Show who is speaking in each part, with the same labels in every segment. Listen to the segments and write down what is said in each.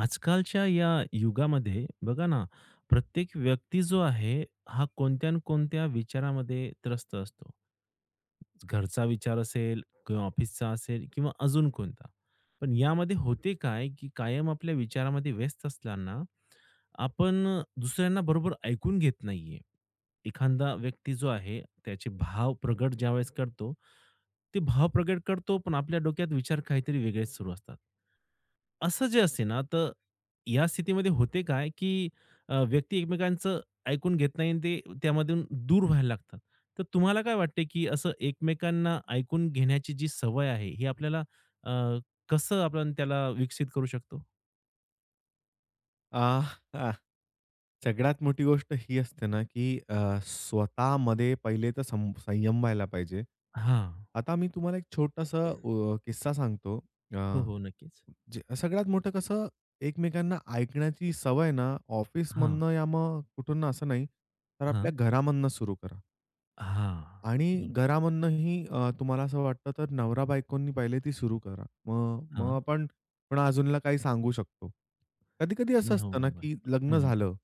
Speaker 1: आजकालच्या या युगामध्ये बघा ना, प्रत्येक व्यक्ती जो आहे, हा कोणत्या ना कोणत्या विचारामध्ये त्रस्त असतो. घरचा विचार असेल किंवा ऑफिसचा असेल किंवा अजून कोणता. पण यामध्ये होते काय, की कायम आपल्या विचारामध्ये व्यस्त असताना आपण दुसऱ्यांना बरोबर ऐकून घेत नाहीये. एखादा व्यक्ती जो आहे, त्याचे भाव प्रगट ज्यावेळेस करतो, ते भाव प्रगट करतो, पण आपल्या डोक्यात विचार काहीतरी वेगळेच सुरू असतात. असं जे असते ना, तर या स्थितीमध्ये होते काय, की व्यक्ती एकमेकांचं ऐकून घेत नाही आणि ते त्यामधून दूर व्हायला लागतात. तर तुम्हाला काय वाटते, की असं एकमेकांना ऐकून घेण्याची जी सवय आहे, ही आपल्याला अ, कसं आपण त्याला विकसित करू शकतो?
Speaker 2: अ, हां. सगळ्यात मोठी गोष्ट ही असते ना, की स्वतःमध्ये पहिले तर संयम व्हायला पाहिजे.
Speaker 1: हां.
Speaker 2: आता मी तुम्हाला एक छोटासा किस्सा सांगतो. अ,
Speaker 1: हो, हो. नक्कीच.
Speaker 2: जे सगळ्यात मोठं कसं एकमेकांना ऐकण्याची सवय ना, ऑफिसमधनं या मग कुठून ना, असं नाही, तर
Speaker 1: हां.
Speaker 2: आपल्या घरामधनं सुरू करा.
Speaker 1: हां. हो,
Speaker 2: आणि
Speaker 1: बरोबर.
Speaker 2: घरामधनंही तुम्हाला असं वाटतं तर नवरा-बायकोंनी पहिले ती सुरू करा. मग मग
Speaker 1: हां.
Speaker 2: आपण पण अजूनला काही सांगू शकतो. कधी-कधी असं असतं
Speaker 1: नवरा
Speaker 2: ना, की
Speaker 1: बायको.
Speaker 2: लग्न
Speaker 1: हं,
Speaker 2: झालं,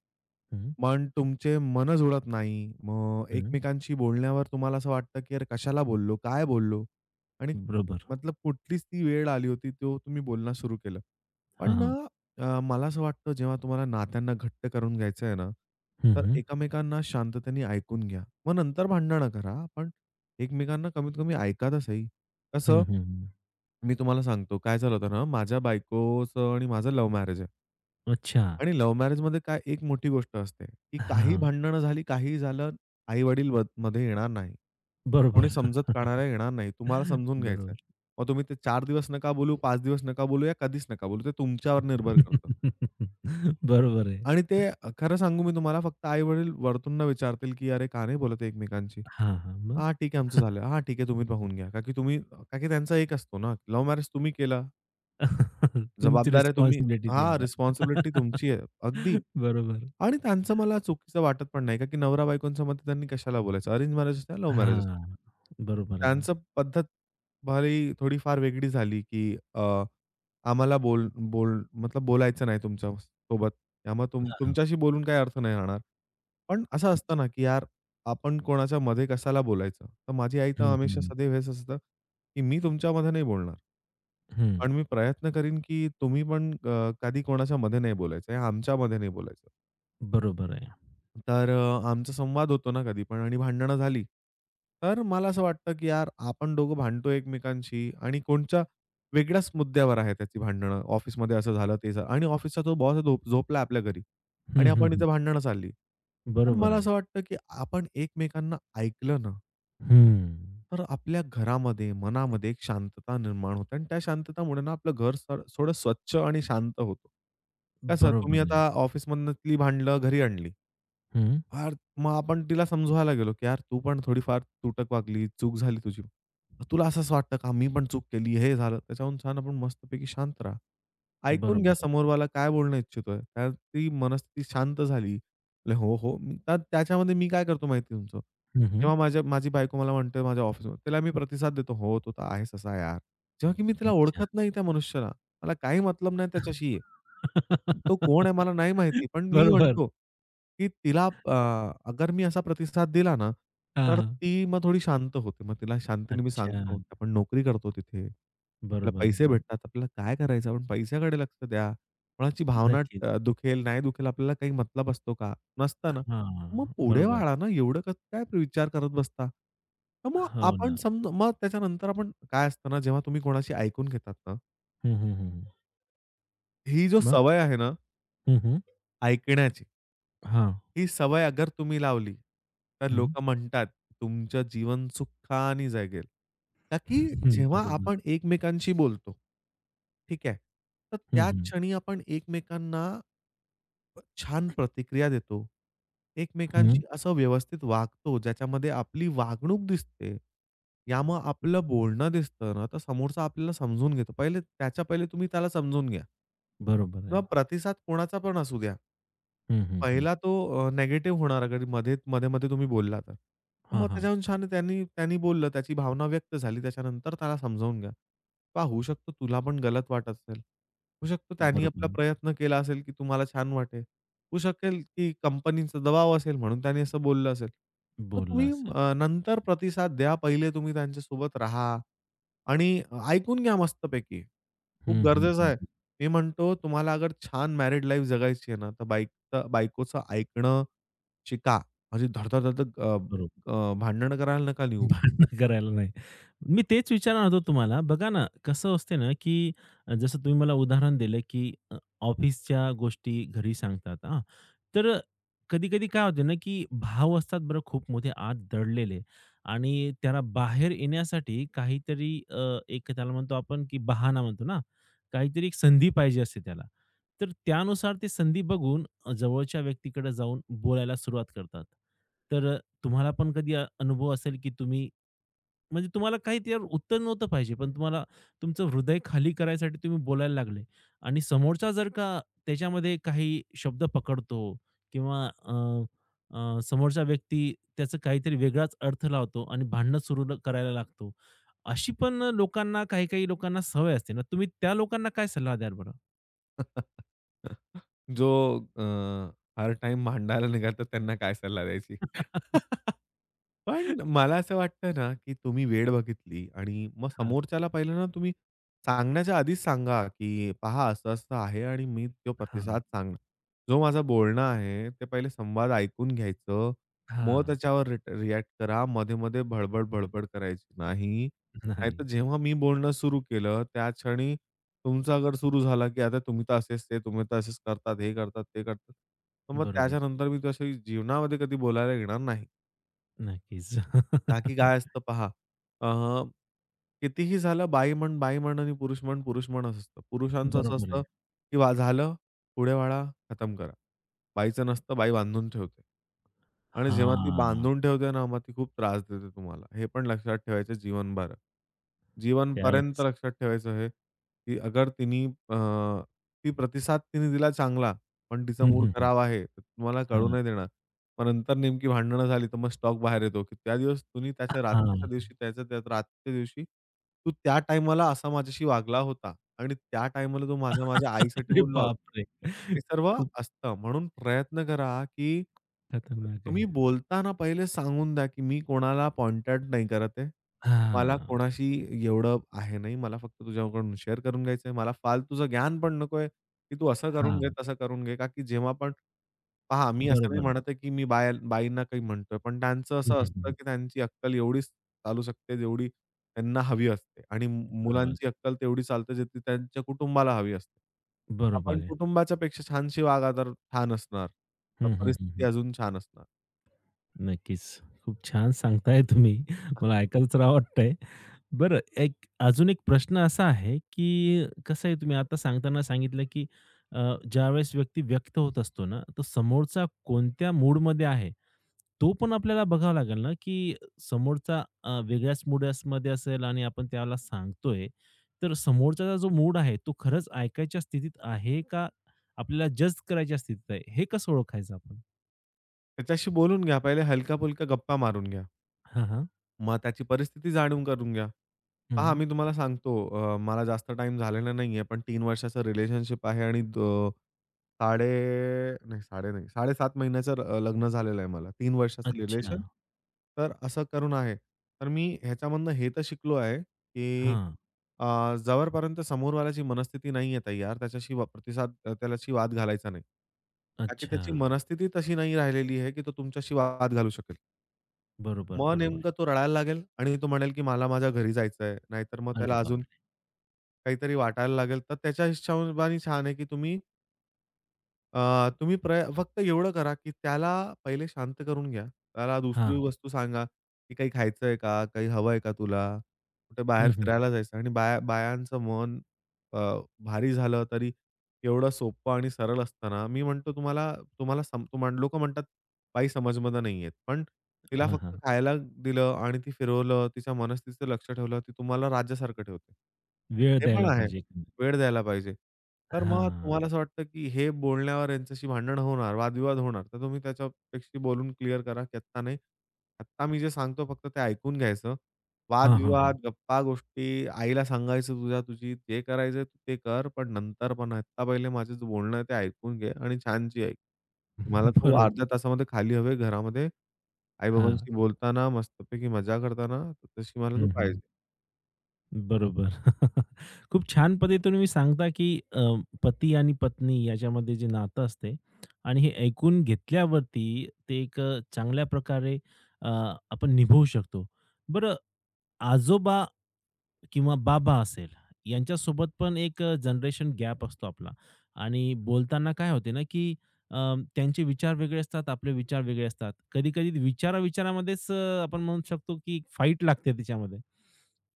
Speaker 1: हं,
Speaker 2: पण तुमचे मन जुळत नाही. मग
Speaker 1: हं.
Speaker 2: एकमेकांशी बोलण्यावर तुम्हाला असं वाटतं, की "यार कशाला बोललो? काय बोललो?" आणि
Speaker 1: बरोबर.
Speaker 2: मतलब कुठलीच ती वेळ आली होती, तो तुम्ही बोलणं सुरू केलं.
Speaker 1: हां,
Speaker 2: पण ना,
Speaker 1: हां.
Speaker 2: मला असं वाटतं जेव्हा तुम्हाला नात्यांना घट्ट करून घ्यायचं आहे ना,
Speaker 1: हं,
Speaker 2: तर
Speaker 1: हं.
Speaker 2: एकमेकांना शांततेने ऐकून घ्या. मग नंतर भांडणं करा, पण एकमेकांना कमीत कमी ऐका तर सही.
Speaker 1: हं,
Speaker 2: कसं,
Speaker 1: हं, हं.
Speaker 2: मी तुम्हाला सांगतो काय झालं होतं ना, माझ्या बायकोचं आणि माझं लव्ह मॅरेज आहे.
Speaker 1: अच्छा.
Speaker 2: आणि लव्ह मॅरेजमध्ये काय एक मोठी गोष्ट असते, की काही
Speaker 1: हां.
Speaker 2: भांडणं झाली, काहीही झालं, आई-वडील मध्ये येणार नाही. कोणी
Speaker 1: बरोबर.
Speaker 2: समजत काढायला येणार नाही. तुम्हाला समजून घ्यायचं आहे.
Speaker 1: बरोबर.
Speaker 2: मग तुम्ही ते 4 दिवस नका बोलू, 5 दिवस नका बोलू या कधीच नका बोलू. ते तुमच्यावर निर्भर करतं.
Speaker 1: बरोबर आहे.
Speaker 2: आणि ते खरं सांगू मी तुम्हाला फक्त आई-वडील वरतून ना विचारतील, की "अरे, का नाही बोलत आहे एकमेकांशी?"
Speaker 1: हां, हां. मग?
Speaker 2: "हां, ठीक आहे आमचं झालं." "हां, ठीक आहे तुम्ही पाहून घ्या." का की त्यांचा एक असतो ना, लव्ह मॅरेज तुम्ही केला,
Speaker 1: तुमची
Speaker 2: जबाबदाऱ्या तुम्ही
Speaker 1: रिस्पॉन्सिबिलिटी ती
Speaker 2: हां,
Speaker 1: आता.
Speaker 2: रिस्पॉन्सिबिलिटी तुमची आहे. अगदी.
Speaker 1: बरोबर.
Speaker 2: आणि त्यांचं मला चुकीचं वाटत पण नाही का, की नवरा-बायकोंच्या मध्ये त्यांनी कशाला बोलायचं? अरेंज मॅरेज असते, लव्ह मॅरेज असते.
Speaker 1: हां. बरोबर आहे ना.
Speaker 2: त्यांचं पद्धत भलेही थोडीफार वेगळी झाली, की आम्हाला बोल बोल मतलब बोलायचं नाही तुमच्या सोबत. त्यामुळे
Speaker 1: हां, हां.
Speaker 2: तुमच्याशी बोलून काही अर्थ नाही राहणार. पण असं असतं ना, की यार आपण कोणाच्या मध्ये कशाला बोलायचं? तर माझी आई तर
Speaker 1: हं,
Speaker 2: हमेशा
Speaker 1: हं.
Speaker 2: सदैव हेच असतं, की मी तुमच्यामध्ये नाही बोलणार.
Speaker 1: हं.
Speaker 2: पण मी प्रयत्न करीन, की तुम्ही पण कधी कोणाच्या मध्ये नाही बोलायचं. आमच्यामध्ये नाही बोलायचं.
Speaker 1: बरोबर आहे.
Speaker 2: तर आमचा संवाद होतो ना कधी पण आणि भांडणं झाली. तर मला असं वाटतं, की यार आपण दोघं भांडतोय एकमेकांशी आणि कोणच्या वेगळ्याच मुद्द्यावर आहे त्याची भांडणं. ऑफिसमध्ये असं झालं, ते झालं आणि ऑफिसचा तो बॉस झोपला आपल्या घरी
Speaker 1: हं,
Speaker 2: आणि
Speaker 1: हं,
Speaker 2: आपण
Speaker 1: हं.
Speaker 2: इथे भांडणं चालली. तर
Speaker 1: बरोबर
Speaker 2: मला
Speaker 1: आहे.
Speaker 2: असं वाटतं, की आपण एकमेकांना ऐकलं ना,
Speaker 1: हं.
Speaker 2: तर आपल्या घरामध्ये, मनामध्ये एक शांतता निर्माण होते आणि त्या शांततामुळे ना आपलं घर थोडं स्वच्छ आणि शांत होतं. कसं तुम्ही
Speaker 1: बरोबर आहे.
Speaker 2: आता ऑफिसमधनं ती घरी आणली.
Speaker 1: हं.
Speaker 2: फार मग आपण तिला समजवायला गेलो, की "यार, तू पण थोडीफार तुटक वागली, चूक झाली तुझी. तुला असंच वाटतं का मी पण चूक केली, हे झालं." त्याच्याहून छान आपण मस्तपैकी शांत राहा. ऐकून घ्या
Speaker 1: बरोबर.
Speaker 2: समोरवाला काय बोलणं इच्छितोय. त्यात ती मनस्थिती शांत झाली. म्हटलं, "हो, हो." त्यात त्याच्यामध्ये मी काय करतो माहिती आहे तुमचं?
Speaker 1: हं, हं.
Speaker 2: जेव्हा माझी बायको मला म्हणते माझ्या ऑफिसमध्ये, त्याला मी प्रतिसाद देतो, "हो, तो तर आहेच असा यार." जेव्हा की मी तिला
Speaker 1: अच्छा.
Speaker 2: ओळखत नाही त्या मनुष्याला. मला काही मतलब नाही त्याच्याशी. तो कोण आहे मला नाही माहिती. पण मी
Speaker 1: बरोबर.
Speaker 2: म्हणतो, की तिला अगर मी असा प्रतिसाद दिला ना,
Speaker 1: हां,
Speaker 2: तर
Speaker 1: हां.
Speaker 2: ती मग थोडी शांत होते. मग तिला शांतीने मी
Speaker 1: अच्छा.
Speaker 2: सांगतो, की आपण नोकरी करतो तिथे. आपल्याला
Speaker 1: बरोबर
Speaker 2: पैसे भेटतात. आपल्याला काय करायचं? आपण पैशाकडे लक्ष द्या. कोणाची भावना
Speaker 1: नक्कीच.
Speaker 2: दुखेल, नाही दुखेल आपल्याला काही मतलब असतो का? नसतं ना. मग
Speaker 1: हां,
Speaker 2: पुढे
Speaker 1: बरोबर.
Speaker 2: वाढा ना. एवढं कसं काय विचार करत बसता? तर मग
Speaker 1: हो
Speaker 2: आपण
Speaker 1: ना.
Speaker 2: समजा मग त्याच्यानंतर आपण काय असतं ना, जेव्हा तुम्ही कोणाशी ऐकून घेतात ना
Speaker 1: हं, हं, हं.
Speaker 2: ही जो
Speaker 1: मग?
Speaker 2: सवय आहे ना,
Speaker 1: हं, हं.
Speaker 2: ऐकण्याची,
Speaker 1: हां.
Speaker 2: ही सवय अगर तुम्ही लावली, तर
Speaker 1: हं.
Speaker 2: लोकं म्हणतात, तुमचं जीवन सुखाने जगेल. का की
Speaker 1: हं,
Speaker 2: जेव्हा आपण
Speaker 1: बरोबर.
Speaker 2: एकमेकांशी बोलतो, ठीक आहे. तर
Speaker 1: हं,
Speaker 2: त्या
Speaker 1: हं.
Speaker 2: क्षणी आपण एकमेकांना छान प्रतिक्रिया देतो.
Speaker 1: हं.
Speaker 2: एकमेकांशी असं व्यवस्थित वागतो, ज्याच्यामध्ये आपली वागणूक दिसते. यामुळं आपलं बोलणं दिसतं ना, तर समोरचा आपल्याला समजून घेतो. पहिले तुम्ही त्याला समजून घ्या.
Speaker 1: बरोबर आहे.
Speaker 2: किंवा प्रतिसाद कोणाचा पण असू द्या.
Speaker 1: हं, हं, हं.
Speaker 2: पहिला तो निगेटिव्ह होणार अगर मध्ये-मध्ये तुम्ही बोलला तर.
Speaker 1: हां,
Speaker 2: मग
Speaker 1: हां.
Speaker 2: त्याच्याहून छान त्यांनी त्यांनी बोललं, त्याची भावना व्यक्त झाली. त्याच्यानंतर त्याला समजावून घ्या. पहा होऊ शकतो तुला पण गलत वाटत असेल. होऊ शकतो त्यांनी आपला
Speaker 1: बरोबर.
Speaker 2: प्रयत्न केला असेल, की तुम्हाला छान वाटेल. होऊ शकेल, की कंपनीचा दबाव असेल म्हणून त्यांनी असं बोललं असेल. तर
Speaker 1: बोलला
Speaker 2: तुम्ही
Speaker 1: असेल.
Speaker 2: नंतर प्रतिसाद द्या. पहिले तुम्ही त्यांच्यासोबत राहा. आणि ऐकून घ्या मस्तपैकी.
Speaker 1: हं,
Speaker 2: खूप
Speaker 1: हं,
Speaker 2: गरजेचं
Speaker 1: हं,
Speaker 2: आहे.
Speaker 1: हं.
Speaker 2: मी म्हणतो तुम्हाला अगर छान मॅरिड लाईफ जगायची आहे ना, तर बायकोचं ऐकणं शिका. म्हणजे धड-धड, धडधड अ,
Speaker 1: बरोबर.
Speaker 2: अ, भांडण करायला नका निघू.
Speaker 1: भांडणं करायला नाही. मी तेच विचारणार होतो तुम्हाला. बघा ना, कसं असते ना, की जसं तुम्ही मला उदाहरण दिलं, की ऑफिसच्या गोष्टी घरी सांगतात हां. तर कधी-कधी काय होते ना, की भाव असतात बरं खूप मोठे आत दडलेले आणि त्याला बाहेर येण्यासाठी काहीतरी एक त्याला म्हणतो आपण, की बहाणा म्हणतो ना, काहीतरी एक संधी पाहिजे असते त्याला. तर त्यानुसार ती संधी बघून जवळच्या व्यक्तीकडे जाऊन बोलायला सुरुवात करतात. तर तुम्हाला पण कधी अनुभव असेल, की तुम्ही म्हणजे तुम्हाला काही त्यावर उत्तर नव्हतं पाहिजे, पण तुम्हाला तुमचं हृदय खाली करायसाठी तुम्ही बोलायला लागले आणि समोरचा जर का त्याच्यामध्ये काही शब्द पकडतो किंवा अ, अ, समोरचा व्यक्ती त्याचा काहीतरी वेगळाच अर्थ लावतो आणि भांडणं सुरू करायला लागतो. अशी पण लोकांना काही-काही लोकांना सवय असते ना, तुम्ही त्या लोकांना काय सल्ला द्याल बरं?
Speaker 2: जो अ, हर टाइम भांडायला निघाल, तर त्यांना काय सल्ला द्यायची? पण मला असं वाटतं ना, की तुम्ही वेळ बघितली आणि मग
Speaker 1: हां.
Speaker 2: समोरच्याला पहिलं ना तुम्ही सांगण्याच्या आधीच सांगा, की "पहा असं-असं आहे आणि मी तो
Speaker 1: हां,
Speaker 2: प्रतिसाद सांगणार." जो माझं बोलणं आहे, ते पहिले संवाद ऐकून घ्यायचं. मग
Speaker 1: हां.
Speaker 2: त्याच्यावर रिएक्ट करा. मध्ये-मध्ये भडबड-भडबड करायची नाही. नाहीतर
Speaker 1: नाही.
Speaker 2: जेव्हा मी बोलणं सुरू केलं, त्या क्षणी तुमचा गड सुरू झाला, की आता तुम्ही तर असेच करतात, हे करतात, ते करतात. तर मग
Speaker 1: बरोबर.
Speaker 2: त्याच्यानंतर मी तशी जीवनामध्ये कधी बोलायला येणार नाही.
Speaker 1: नक्कीच.
Speaker 2: टाकी काय असतं पहा. अ, कितीही झालं बाई म्हण, बाई म्हण आणि पुरुष म्हण, पुरुष म्हणच असतं. पुरुषांचं असं
Speaker 1: बरोबर आहे.
Speaker 2: असतं, की वा झालं, पुढे वाढा, खतम करा. बाईचं नसतं, बाई बांधून ठेवते. आणि जेव्हा ती
Speaker 1: हां,
Speaker 2: बांधून ठेवते ना, मग ती खूप त्रास देते तुम्हाला. हे पण लक्षात ठेवायचं जीवनभर. जीवनपर्यंत
Speaker 1: त्यावेळेस.
Speaker 2: लक्षात ठेवायचं हे, की अगर तिनी ती प्रतिसाद तिने दिला चांगला, पण तिचा
Speaker 1: हं,
Speaker 2: मूड
Speaker 1: हं, हं.
Speaker 2: खराब आहे, तर तुम्हाला कळू
Speaker 1: हां,
Speaker 2: नाही देणार. मग नंतर नेमकी भांडणं झाली, तर मग स्टॉक बाहेर येतो, की त्या दिवस तुम्ही त्याच्या रात्रीच्या
Speaker 1: हां.
Speaker 2: दिवशी त्याच्या त्या रात्रीच्या दिवशी तू त्या टाईमाला असा माझ्याशी वागला होता आणि त्या टाईमाला तो माझ्या आईसाठी
Speaker 1: अरे
Speaker 2: बोलला होता.
Speaker 1: बापरे!
Speaker 2: हे सर्व
Speaker 1: खूप
Speaker 2: असतं. म्हणून प्रयत्न करा, की
Speaker 1: खतरनाक आहे.
Speaker 2: तुम्ही बोलताना पहिले सांगून द्या, की मी कोणाला कॉन्टॅक्ट नाही करत आहे. मला
Speaker 1: हां,
Speaker 2: कोणाशी एवढं आहे नाही. मला फक्त तुझ्याकडून शेअर करून घ्यायचं आहे. मला फालतूचं ज्ञान पण नको आहे, की तू असं करून घे,
Speaker 1: हां.
Speaker 2: तसं करून घे. का की जेव्हा पण पहा, मी असं नाही
Speaker 1: बरोबर आहे.
Speaker 2: म्हणत आहे, की मी बाईंना काही म्हणतोय, पण त्यांचं
Speaker 1: हं,
Speaker 2: असं
Speaker 1: हं,
Speaker 2: असतं,
Speaker 1: हं.
Speaker 2: की त्यांची अक्कल एवढीच चालू शकते, जेवढी त्यांना हवी असते आणि
Speaker 1: बरोबर आहे.
Speaker 2: मुलांची अक्कल तेवढी चालते, जितकी त्यांच्या कुटुंबाला हवी असते.
Speaker 1: बरोबर
Speaker 2: आपण
Speaker 1: आहे.
Speaker 2: कुटुंबाच्या पेक्षा छानशी वागा, तर छान असणार. तर
Speaker 1: हं, हं, हं, हं.
Speaker 2: परिस्थिती अजून छान असणार.
Speaker 1: नक्कीच. खूप छान सांगताय तुम्ही. मला ऐकायलाच राहावं वाटतंय. बरं, एक अजून एक प्रश्न असा आहे, की कसं आहे तुम्ही आता सांगताना सांगितलं, की अ, ज्यावेळेस व्यक्ती व्यक्त होत असतो ना, तर समोरचा कोणत्या मूडमध्ये आहे, तो पण आपल्याला बघावा लागेल ना, की समोरचा वेगळ्याच मूडमध्ये असेल आणि आपण त्याला सांगतोय, तर समोरचा जो मूड आहे, तो खरंच ऐकायच्या स्थितीत आहे का आपल्याला जज करायच्या स्थितीत आहे, हे कसं ओळखायचं आपण?
Speaker 2: त्याच्याशी बोलून घ्या, पहिले हलक्या-फुलक्या गप्पा मारून घ्या.
Speaker 1: हां, हां.
Speaker 2: मग त्याची परिस्थिती जाणून करून घ्या. पहा
Speaker 1: हं.
Speaker 2: मी तुम्हाला सांगतो मला जास्त टाईम झालेला नाहीये, पण 3 वर्षाचं रिलेशनशिप आहे आणि द साडे नाही साडे नाही 7.5 महिन्याचं लग्न झालेलं आहे मला. 3 वर्षाचं
Speaker 1: अच्छा.
Speaker 2: रिलेशन. तर असं करून आहे. तर मी ह्याच्यामधनं हे तर शिकलो आहे, की
Speaker 1: हां.
Speaker 2: जवळपर्यंत समोरवाल्याची मनस्थिती नाहीये तयार, त्याच्याशी व प्रतिसाद अं, त्याच्याशी वाद घालायचा नाही. का
Speaker 1: अच्छा.
Speaker 2: त्याची मनस्थिती तशी नाही राहिलेली आहे, की तो तुमच्याशी वाद घालू शकेल.
Speaker 1: बरोबर,
Speaker 2: मग
Speaker 1: बरोबर.
Speaker 2: नेमका तो रडायला लागेल आणि तो म्हणेल, की मला माझ्या घरी जायचं आहे. नाहीतर मग
Speaker 1: अरे
Speaker 2: त्याला अजून
Speaker 1: बापरे!
Speaker 2: काहीतरी वाटायला लागेल. तर त्याच्या हिशोबाने छान आहे, की तुम्ही फक्त एवढं करा, की त्याला पहिले शांत करून घ्या. त्याला दुसरी
Speaker 1: हां.
Speaker 2: वस्तू सांगा, की काही खायचंय का? काही हवंय का तुला? कुठे बाहेर
Speaker 1: हं, हं.
Speaker 2: फिरायला जायचं आणि बायांचं मन अ, भारी झालं तरी एवढं सोपं आणि सरळ असताना मी म्हणतो तुम्हाला तुम्हाला सम तुम्हाला लोकं म्हणतात, "बाई समजमध्ये नाही पण तिला
Speaker 1: हां,
Speaker 2: फक्त
Speaker 1: हां.
Speaker 2: खायला दिलं आणि ती फिरवलं, तिच्या मनस्थितीचं लक्ष ठेवलं, ती तुम्हाला राज्यासारखं ठेवते.
Speaker 1: वेळ
Speaker 2: हे पण
Speaker 1: द्यायला
Speaker 2: आहे.
Speaker 1: पाहिजे.
Speaker 2: वेळ द्यायला पाहिजे. तर मग
Speaker 1: हां.
Speaker 2: तुम्हाला बरं. असं वाटतं, की हे बोलण्यावर यांच्याशी भांडण होणार, वादविवाद होणार. तर तुम्ही त्याच्यापेक्षा बोलून क्लिअर करा, की आत्ता नाही. आत्ता मी जे सांगतो फक्त ते ऐकून घ्यायचं.
Speaker 1: हां, हां, हां.
Speaker 2: वादविवाद, गप्पा-गोष्टी आईला सांगायचं तुझी जे करायचं आहे, ते कर. पण नंतर पण आत्ता पहिले माझं जे बोलणं आहे ते ऐकून घे आणि छानशी ऐक. मला तू
Speaker 1: बरोबर.
Speaker 2: अर्ध्या तासामध्ये खाली हवे घरामध्ये.
Speaker 1: हां.
Speaker 2: आई-बाबांशी बोलताना, मस्तपैकी मजा करताना, तर तशी मला तू
Speaker 1: हं,
Speaker 2: पाहिजे.
Speaker 1: हं. बरोबर. खूप छान पद्धतीने तुम्ही सांगता, की अ, पती आणि पत्नी याच्यामध्ये जे नातं असते आणि हे ऐकून घेतल्यावरती ते एक चांगल्या प्रकारे अ, आपण निभवू शकतो. बरं आजोबा किंवा बाबा असेल, यांच्यासोबत पण एक जनरेशन गॅप असतो आपला आणि बोलताना काय होते ना, की अ, त्यांचे विचार वेगळे असतात, आपले विचार वेगळे असतात. कधी-कधी विचारा-विचारामध्येच आपण म्हणू शकतो, की फाईट लागते त्याच्यामध्ये.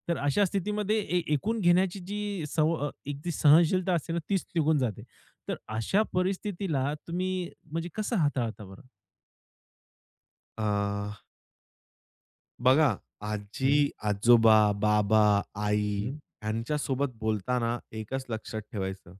Speaker 1: तर अशा स्थितीमध्ये ऐकून घेण्याची जी एक जी सहनशीलता असते ना, तीच निघून जाते. तर अशा परिस्थितीला तुम्ही म्हणजे कसं हाताळता बरं?
Speaker 2: अ बघा,
Speaker 1: हं,
Speaker 2: आजी, आजोबा, बाबा, आई
Speaker 1: हं.
Speaker 2: ह्यांच्यासोबत बोलताना एकच लक्षात ठेवायचं.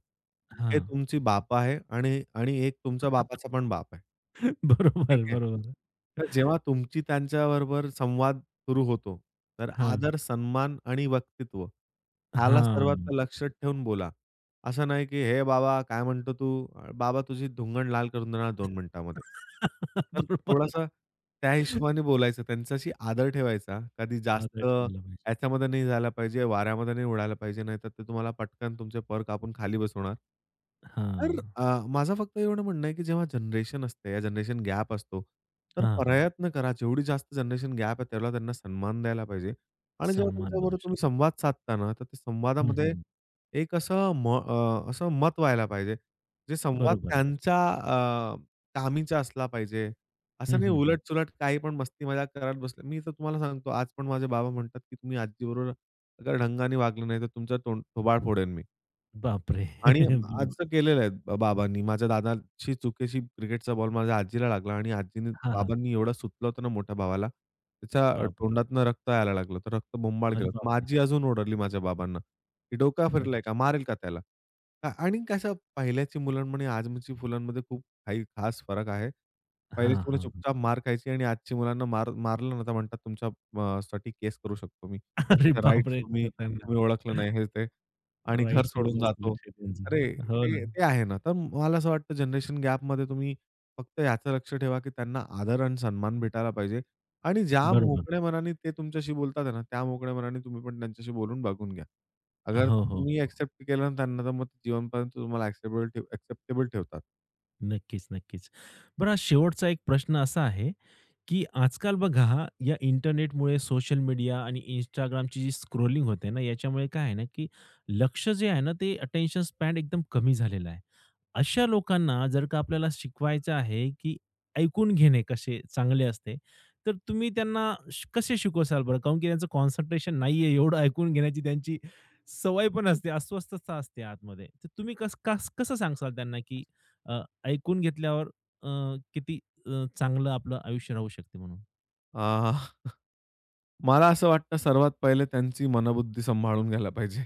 Speaker 1: हां.
Speaker 2: हे तुमची बापा आहे आणि आणि एक तुमच्या बापाचा पण बाप आहे. ठीक
Speaker 1: बरोबर,
Speaker 2: आहे.
Speaker 1: बरोबर.
Speaker 2: तर जेव्हा तुमची त्यांच्याबरोबर संवाद सुरू होतो, तर
Speaker 1: हां,
Speaker 2: आदर, सन्मान आणि वक्तित्व ह्याला सर्वात
Speaker 1: हां.
Speaker 2: लक्षात ठेवून बोला. असं नाही की "हे बाबा काय म्हणतो तू? बाबा तुझी धुंगण लाल करून देणार 2 मिनिटामध्ये." तर
Speaker 1: बरोबर.
Speaker 2: थोडासा त्या हिशोबाने बोलायचं. त्यांच्याशी आदर ठेवायचा. कधी
Speaker 1: आदर
Speaker 2: जास्त
Speaker 1: ठेवायला पाहिजे.
Speaker 2: ह्याच्यामध्ये नाही झाला पाहिजे, वाऱ्यामध्ये नाही उडायला पाहिजे. नाहीतर ते तुम्हाला पटकन तुमचे पर कापून खाली बसवणार.
Speaker 1: हां.
Speaker 2: तर माझं फक्त एवढं म्हणणं आहे, की जेव्हा जनरेशन असते, या जनरेशन गॅप असतो, तर
Speaker 1: हां, हां.
Speaker 2: प्रयत्न करा. जेवढी जास्त जनरेशन गॅप आहे, त्यांना सन्मान द्यायला पाहिजे. आणि जेव्हा
Speaker 1: सन्मान लावू
Speaker 2: त्यांच्याबरोबर तुम्ही
Speaker 1: शकतो.
Speaker 2: संवाद साधता ना, तर ते
Speaker 1: हं,
Speaker 2: संवादामध्ये
Speaker 1: हं,
Speaker 2: एक असं मत व्हायला पाहिजे. जे संवाद
Speaker 1: बरोबर आहे.
Speaker 2: त्यांच्या कामीचा असला पाहिजे.
Speaker 1: हं,
Speaker 2: असं नाही
Speaker 1: हं, हं.
Speaker 2: उलट-सुलट काही पण मस्ती मजाक करत बसले. मी तर तुम्हाला सांगतो आज पण माझे बाबा म्हणतात, की तुम्ही आजीबरोबर अगर ढंगाने वागलं नाही तर तुमचं तोंड थोबाड फोडेन मी.
Speaker 1: बापरे!
Speaker 2: आणि
Speaker 1: बरोबर.
Speaker 2: आजचं केलेलं आहे बाबांनी. माझ्या दादाची चुकीशी क्रिकेटचा बॉल माझ्या आजीला लागला आणि
Speaker 1: हां, हां.
Speaker 2: बाबांनी एवढं सुतलं होतं ना मोठ्या भावाला, त्याच्या
Speaker 1: बापरे!
Speaker 2: तोंडातनं रक्त यायला लागलं. तर रक्त बोंबाळ
Speaker 1: अरे
Speaker 2: केलं. मग
Speaker 1: बापरे!
Speaker 2: आजी अजून ओरडली माझ्या बाबांना, की "डोका फिरलाय
Speaker 1: अच्छा.
Speaker 2: का? मारेल का त्याला?" आणि कसं पहिल्याची मुलांमध्ये आजची मुलांमध्ये खूप काही खास फरक आहे.
Speaker 1: हां,
Speaker 2: पहिलीची मुलं
Speaker 1: हां,
Speaker 2: चुपचाप
Speaker 1: हां.
Speaker 2: मार खायची आणि आजची मुलांना मार मारलं ना तर म्हणतात तुमच्या साठी केस करू शकतो मी.
Speaker 1: अरे
Speaker 2: माझ्या
Speaker 1: बापरे!
Speaker 2: तुम्ही
Speaker 1: त्यांना
Speaker 2: तुम्ही ओळखलं नाही हे ते आणि घर
Speaker 1: राइट्सवर
Speaker 2: सोडून
Speaker 1: जास्त
Speaker 2: जातो.
Speaker 1: लक्ष आहे
Speaker 2: अरे,
Speaker 1: त्यांचं. हो
Speaker 2: ते
Speaker 1: ना.
Speaker 2: ते आहे ना. तर मला असं वाटतं जनरेशन गॅपमध्ये तुम्ही फक्त याचं लक्ष ठेवा, की त्यांना आदर आणि सन्मान भेटायला पाहिजे आणि ज्या
Speaker 1: बरोबर.
Speaker 2: मोकळ्या मनाने ते तुमच्याशी बोलतात आहे ना, त्या मोकळ्या मनाने तुम्ही पण त्यांच्याशी बोलून बघून घ्या. अगर
Speaker 1: हो, हो,
Speaker 2: तुम्ही
Speaker 1: हो.
Speaker 2: एक्सेप्ट केलं ना त्यांना, तर मग ते जीवनपर्यंत तुम्हाला एक्सेप्टेबल ठेवतात.
Speaker 1: नक्कीच, नक्कीच. बरं, शेवटचा एक प्रश्न असा आहे की आजकाल बघा या इंटरनेटमुळे सोशल मीडिया आणि Instagramची जी स्क्रोलिंग होते ना, याच्यामुळे काय आहे ना, की लक्ष जे आहे ना, ते अटेन्शन स्पॅन एकदम कमी झालेलं आहे. अशा लोकांना जर का आपल्याला शिकवायचं आहे, की ऐकून घेणे कसे चांगले असते, तर तुम्ही त्यांना कसे शिकवसाल बरं? काहून की त्यांचं कॉन्सन्ट्रेशन नाहीये एवढं ऐकून घेण्याची त्यांची सवय पण असते, अस्वस्थता असते आतमध्ये. तर तुम्ही कस कास कसं सांगाल त्यांना, की ऐकून घेतल्यावर अ, किती चांगलं आपलं आयुष्य राहू शकते म्हणून.
Speaker 2: अ, मला असं वाटतं सर्वात पहिले त्यांची मनःबुद्धी सांभाळून घ्यायला पाहिजे.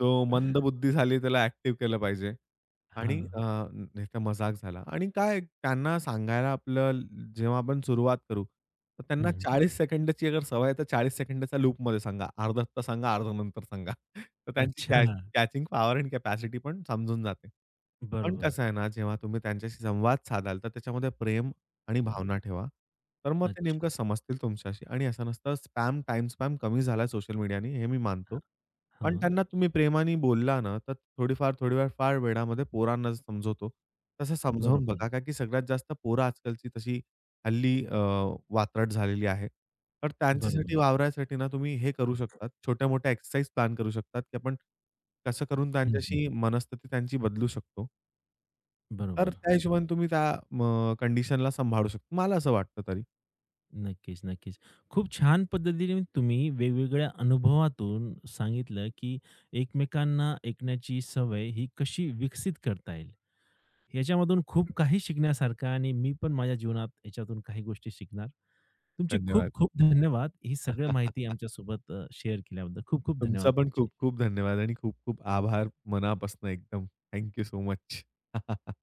Speaker 2: तो मंदबुद्धी झाली त्याला ॲक्टिव्ह केलं पाहिजे. आणि
Speaker 1: हां.
Speaker 2: नाही तर मजाक झाला. आणि काय त्यांना सांगायला आपलं जेव्हा आपण सुरुवात करू, तर त्यांना
Speaker 1: हं,
Speaker 2: 40 सेकंदाची अगर सवय आहे, तर 40 सेकंदाच्या लूपमध्ये सांगा. अर्धा आत्ता सांगा, अर्धा नंतर सांगा. तर त्यांची
Speaker 1: अच्छा.
Speaker 2: कॅचिंग पॉवर आणि कॅपॅसिटी पण समजून जाते. पण
Speaker 1: बरोबर.
Speaker 2: कसं आहे ना, जेव्हा तुम्ही त्यांच्याशी संवाद साधाल, तर त्याच्यामध्ये प्रेम आणि भावना ठेवा. तर मग ते
Speaker 1: अच्छा.
Speaker 2: नेमकं समजतील तुमच्याशी आणि असं नसतं स्पॅम, टाईम स्पॅम कमी झाला सोशल मीडियाने हे मी मानतो. पण
Speaker 1: हां.
Speaker 2: त्यांना तुम्ही प्रेमाने बोलला ना, तर थोडीफार फार वेळामध्ये पोरांना समजवतो. तसं समजावून
Speaker 1: बरोबर,
Speaker 2: बघा, का की सगळ्यात जास्त पोरं आजकालची तशी हल्ली वात्रट झालेली आहे. तर
Speaker 1: बरोबर.
Speaker 2: त्यांच्यासाठी वावरायसाठी ना, तुम्ही हे करू शकतात, छोट्या-मोठ्या एक्सरसाइज प्लॅन करू शकतात, की आपण कसं करून
Speaker 1: हं, हं, हं.
Speaker 2: मनस्थिती त्यांची बदलू शकतो. तर
Speaker 1: बरोबर.
Speaker 2: त्या हिशोबाने तुम्ही त्या कंडिशनला सांभाळू शकतो. मला असं वाटतं तरी.
Speaker 1: नक्कीच, नक्कीच. खूप छान पद्धतीने तुम्ही वेगवेगळ्या अनुभवातून सांगितलं, की एकमेकांना ऐकण्याची सवय ही कशी विकसित करता येईल. याच्यामधून खूप काही शिकण्यासारखं आहे आणि मी पण माझ्या जीवनात याच्यातून काही गोष्टी शिकणार. तुमचे
Speaker 2: धन्यवाद.
Speaker 1: खूप खूप धन्यवाद. ही सगळी माहिती आमच्यासोबत शेअर केल्याबद्दल. खूप खूप
Speaker 2: तुमचा
Speaker 1: धन्यवाद
Speaker 2: पण
Speaker 1: तुमचे.
Speaker 2: खूप-खूप धन्यवाद आणि खूप-खूप आभार मनापासून एकदम. Thank so much.